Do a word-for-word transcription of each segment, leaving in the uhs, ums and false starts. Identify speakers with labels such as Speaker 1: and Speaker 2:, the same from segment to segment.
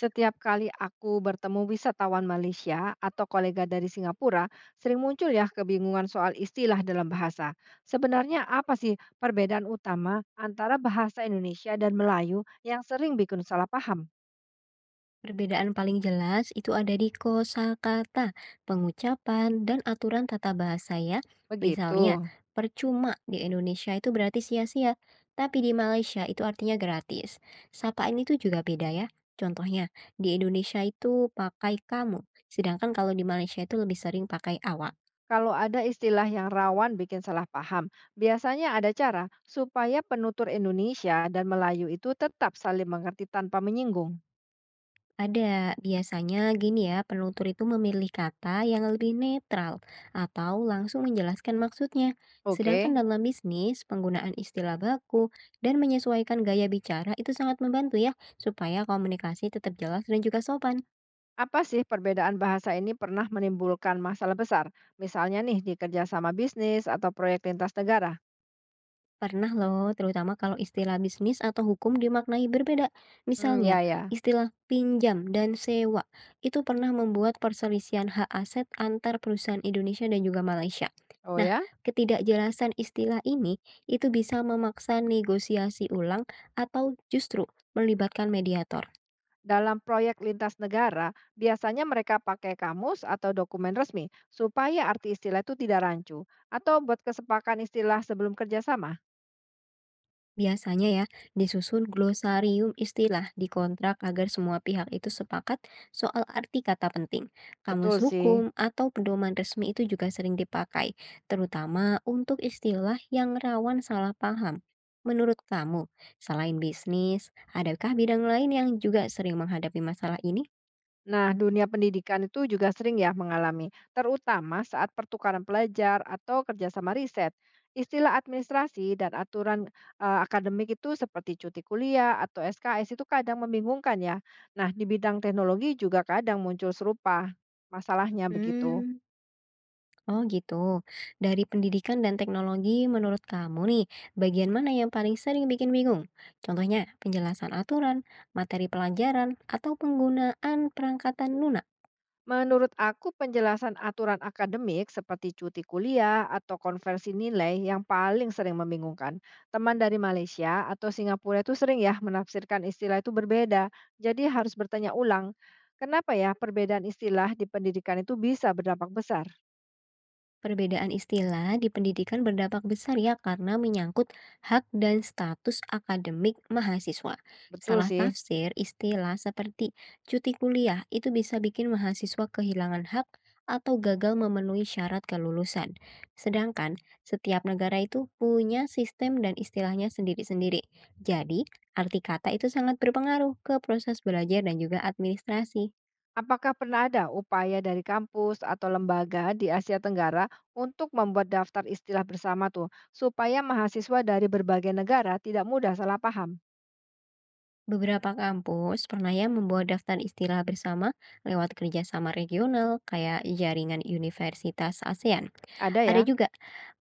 Speaker 1: Setiap kali aku bertemu wisatawan Malaysia atau kolega dari Singapura, sering muncul ya kebingungan soal istilah dalam bahasa. Sebenarnya apa sih perbedaan utama antara bahasa Indonesia dan Melayu yang sering bikin salah paham?
Speaker 2: Perbedaan paling jelas itu ada di kosakata, pengucapan, dan aturan tata bahasa ya.
Speaker 1: Begitu.
Speaker 2: Misalnya, percuma di Indonesia itu berarti sia-sia, tapi di Malaysia itu artinya gratis. Sapaan itu juga beda ya. Contohnya, di Indonesia itu pakai kamu, sedangkan kalau di Malaysia itu lebih sering pakai awak.
Speaker 1: Kalau ada istilah yang rawan bikin salah paham, biasanya ada cara supaya penutur Indonesia dan Melayu itu tetap saling mengerti tanpa menyinggung.
Speaker 2: Ada, biasanya gini ya, penutur itu memilih kata yang lebih netral atau langsung menjelaskan maksudnya. Sedangkan
Speaker 1: Oke.
Speaker 2: dalam bisnis, penggunaan istilah baku dan menyesuaikan gaya bicara itu sangat membantu ya, supaya komunikasi tetap jelas dan juga sopan.
Speaker 1: Apa sih perbedaan bahasa ini pernah menimbulkan masalah besar? Misalnya nih di kerjasama bisnis atau proyek lintas negara.
Speaker 2: Pernah loh, terutama kalau istilah bisnis atau hukum dimaknai berbeda.
Speaker 1: Hmm,
Speaker 2: Misalnya,
Speaker 1: ya, ya.
Speaker 2: istilah pinjam dan sewa itu pernah membuat perselisihan hak aset antar perusahaan Indonesia dan juga Malaysia.
Speaker 1: Oh
Speaker 2: Nah,
Speaker 1: ya.
Speaker 2: ketidakjelasan istilah ini itu bisa memaksa negosiasi ulang atau justru melibatkan mediator.
Speaker 1: Dalam proyek lintas negara, biasanya mereka pakai kamus atau dokumen resmi supaya arti istilah itu tidak rancu atau buat kesepakatan istilah sebelum kerjasama.
Speaker 2: Biasanya ya, disusun glosarium istilah di kontrak agar semua pihak itu sepakat soal arti kata penting.
Speaker 1: Betul
Speaker 2: Kamus
Speaker 1: sih.
Speaker 2: hukum atau pedoman resmi itu juga sering dipakai, terutama untuk istilah yang rawan salah paham. Menurut kamu, selain bisnis, adakah bidang lain yang juga sering menghadapi masalah ini?
Speaker 1: Nah, dunia pendidikan itu juga sering ya mengalami, terutama saat pertukaran pelajar atau kerjasama riset. Istilah administrasi dan aturan eh, akademik itu seperti cuti kuliah atau S K S itu kadang membingungkan ya. Nah, di bidang teknologi juga kadang muncul serupa masalahnya begitu.
Speaker 2: Hmm. Oh gitu. Dari pendidikan dan teknologi, menurut kamu nih, bagian mana yang paling sering bikin bingung? Contohnya, penjelasan aturan, materi pelajaran, atau penggunaan perangkatan lunak?
Speaker 1: Menurut aku, penjelasan aturan akademik seperti cuti kuliah atau konversi nilai yang paling sering membingungkan. Teman dari Malaysia atau Singapura itu sering ya menafsirkan istilah itu berbeda, jadi harus bertanya ulang. Kenapa ya perbedaan istilah di pendidikan itu bisa berdampak besar?
Speaker 2: Perbedaan istilah di pendidikan berdampak besar ya karena menyangkut hak dan status akademik mahasiswa.
Speaker 1: Betul
Speaker 2: Salah
Speaker 1: sih.
Speaker 2: tafsir istilah seperti cuti kuliah itu bisa bikin mahasiswa kehilangan hak atau gagal memenuhi syarat kelulusan. Sedangkan setiap negara itu punya sistem dan istilahnya sendiri-sendiri. Jadi, arti kata itu sangat berpengaruh ke proses belajar dan juga administrasi.
Speaker 1: Apakah pernah ada upaya dari kampus atau lembaga di Asia Tenggara untuk membuat daftar istilah bersama tuh, supaya mahasiswa dari berbagai negara tidak mudah salah paham?
Speaker 2: Beberapa kampus pernah ya membuat daftar istilah bersama lewat kerjasama regional kayak jaringan universitas ASEAN.
Speaker 1: Ada
Speaker 2: Ada
Speaker 1: ya?
Speaker 2: juga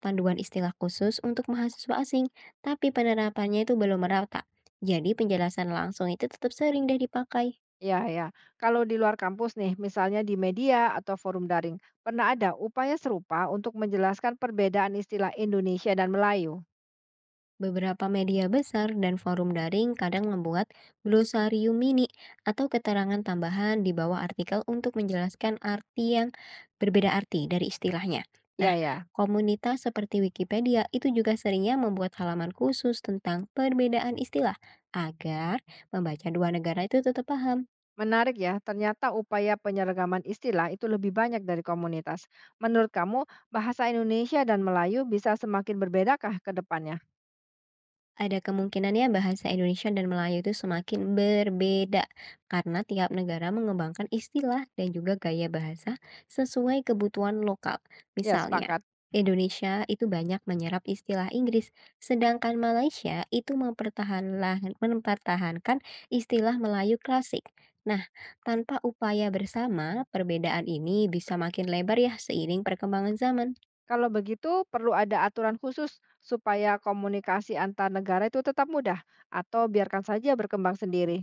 Speaker 2: panduan istilah khusus untuk mahasiswa asing, tapi penerapannya itu belum merata. Jadi penjelasan langsung itu tetap sering deh dipakai.
Speaker 1: Ya, ya. Kalau di luar kampus nih, misalnya di media atau forum daring, pernah ada upaya serupa untuk menjelaskan perbedaan istilah Indonesia dan Melayu.
Speaker 2: Beberapa media besar dan forum daring kadang membuat glosarium mini atau keterangan tambahan di bawah artikel untuk menjelaskan arti yang berbeda arti dari istilahnya.
Speaker 1: Ya,
Speaker 2: Nah,
Speaker 1: ya.
Speaker 2: komunitas seperti Wikipedia itu juga seringnya membuat halaman khusus tentang perbedaan istilah agar pembaca dua negara itu tetap paham.
Speaker 1: Menarik ya, ternyata upaya penyeragaman istilah itu lebih banyak dari komunitas. Menurut kamu, bahasa Indonesia dan Melayu bisa semakin berbedakah ke depannya?
Speaker 2: Ada kemungkinannya bahasa Indonesia dan Melayu itu semakin berbeda karena tiap negara mengembangkan istilah dan juga gaya bahasa sesuai kebutuhan lokal.
Speaker 1: Ya,
Speaker 2: Misalnya,
Speaker 1: sepakat.
Speaker 2: Indonesia itu banyak menyerap istilah Inggris, sedangkan Malaysia itu mempertahankan, mempertahankan istilah Melayu klasik. Nah, tanpa upaya bersama, perbedaan ini bisa makin lebar ya seiring perkembangan zaman.
Speaker 1: Kalau begitu, perlu ada aturan khusus supaya komunikasi antar negara itu tetap mudah, atau biarkan saja berkembang sendiri.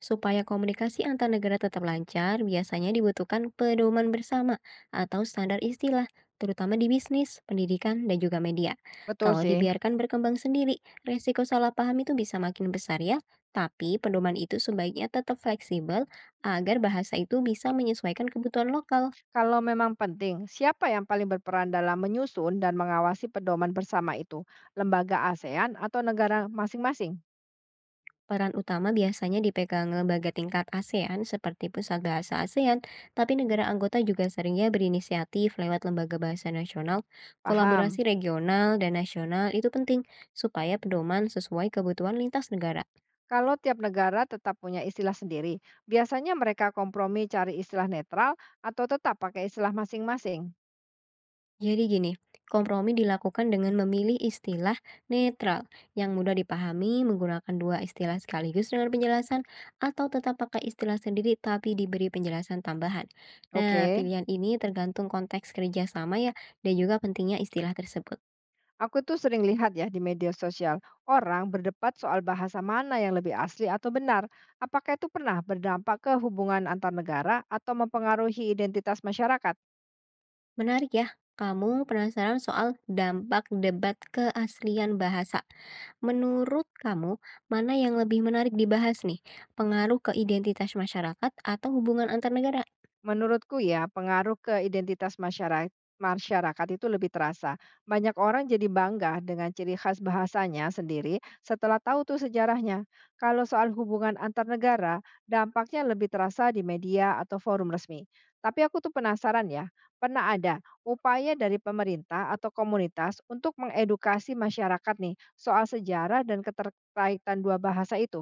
Speaker 2: Supaya komunikasi antar negara tetap lancar, biasanya dibutuhkan pedoman bersama atau standar istilah, terutama di bisnis, pendidikan, dan juga media.
Speaker 1: Betul
Speaker 2: Kalau
Speaker 1: sih.
Speaker 2: dibiarkan berkembang sendiri, resiko salah paham itu bisa makin besar ya. Tapi pedoman itu sebaiknya tetap fleksibel agar bahasa itu bisa menyesuaikan kebutuhan lokal.
Speaker 1: Kalau memang penting, siapa yang paling berperan dalam menyusun dan mengawasi pedoman bersama itu? Lembaga ASEAN atau negara masing-masing?
Speaker 2: Peran utama biasanya dipegang lembaga tingkat ASEAN seperti Pusat Bahasa ASEAN, tapi negara anggota juga seringnya berinisiatif lewat lembaga bahasa nasional, kolaborasi
Speaker 1: Paham?
Speaker 2: regional dan nasional itu penting supaya pedoman sesuai kebutuhan lintas negara.
Speaker 1: Kalau tiap negara tetap punya istilah sendiri, biasanya mereka kompromi cari istilah netral atau tetap pakai istilah masing-masing.
Speaker 2: Jadi gini, kompromi dilakukan dengan memilih istilah netral yang mudah dipahami, menggunakan dua istilah sekaligus dengan penjelasan, atau tetap pakai istilah sendiri tapi diberi penjelasan tambahan.
Speaker 1: Oke,
Speaker 2: Nah, pilihan ini tergantung konteks kerjasama ya, dan juga pentingnya istilah tersebut.
Speaker 1: aku tuh sering lihat ya di media sosial, orang berdebat soal bahasa mana yang lebih asli atau benar. Apakah itu pernah berdampak ke hubungan antar negara atau mempengaruhi identitas masyarakat?
Speaker 2: Menarik ya, kamu penasaran soal dampak debat keaslian bahasa. Menurut kamu, mana yang lebih menarik dibahas nih? Pengaruh ke identitas masyarakat atau hubungan antar negara?
Speaker 1: Menurutku ya, pengaruh ke identitas masyara masyarakat itu lebih terasa. Banyak orang jadi bangga dengan ciri khas bahasanya sendiri setelah tahu tuh sejarahnya. Kalau soal hubungan antar negara, dampaknya lebih terasa di media atau forum resmi. Tapi aku tuh penasaran ya, pernah ada upaya dari pemerintah atau komunitas untuk mengedukasi masyarakat nih soal sejarah dan keterkaitan dua bahasa itu?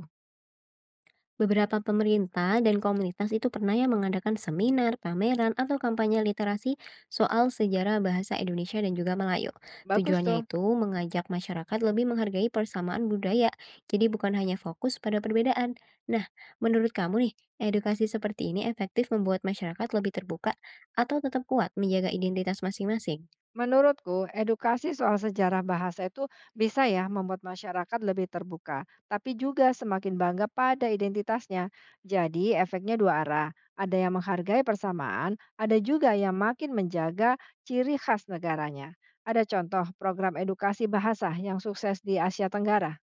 Speaker 2: Beberapa pemerintah dan komunitas itu pernah ya mengadakan seminar, pameran, atau kampanye literasi soal sejarah bahasa Indonesia dan juga Melayu.
Speaker 1: Bagus
Speaker 2: Tujuannya
Speaker 1: tuh.
Speaker 2: itu mengajak masyarakat lebih menghargai persamaan budaya, jadi bukan hanya fokus pada perbedaan. Nah, menurut kamu nih, edukasi seperti ini efektif membuat masyarakat lebih terbuka atau tetap kuat menjaga identitas masing-masing?
Speaker 1: Menurutku, edukasi soal sejarah bahasa itu bisa ya membuat masyarakat lebih terbuka, tapi juga semakin bangga pada identitasnya. Jadi, efeknya dua arah. Ada yang menghargai persamaan, ada juga yang makin menjaga ciri khas negaranya. Ada contoh program edukasi bahasa yang sukses di Asia Tenggara?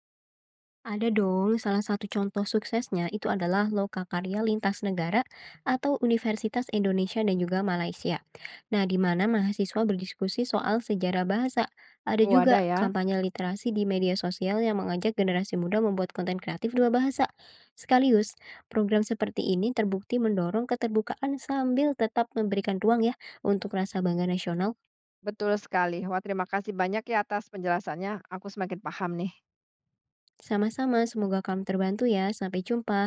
Speaker 2: Ada dong, salah satu contoh suksesnya itu adalah Loka Karya Lintas Negara atau Universitas Indonesia dan juga Malaysia. Nah, di mana mahasiswa berdiskusi soal sejarah bahasa. Ada
Speaker 1: Oh, ada
Speaker 2: juga
Speaker 1: ya.
Speaker 2: kampanye literasi di media sosial yang mengajak generasi muda membuat konten kreatif dua bahasa. Sekaligus, program seperti ini terbukti mendorong keterbukaan sambil tetap memberikan ruang ya untuk rasa bangga nasional.
Speaker 1: Betul sekali. Wah, terima kasih banyak ya atas penjelasannya. Aku semakin paham nih.
Speaker 2: Sama-sama, semoga kamu terbantu ya. Sampai jumpa.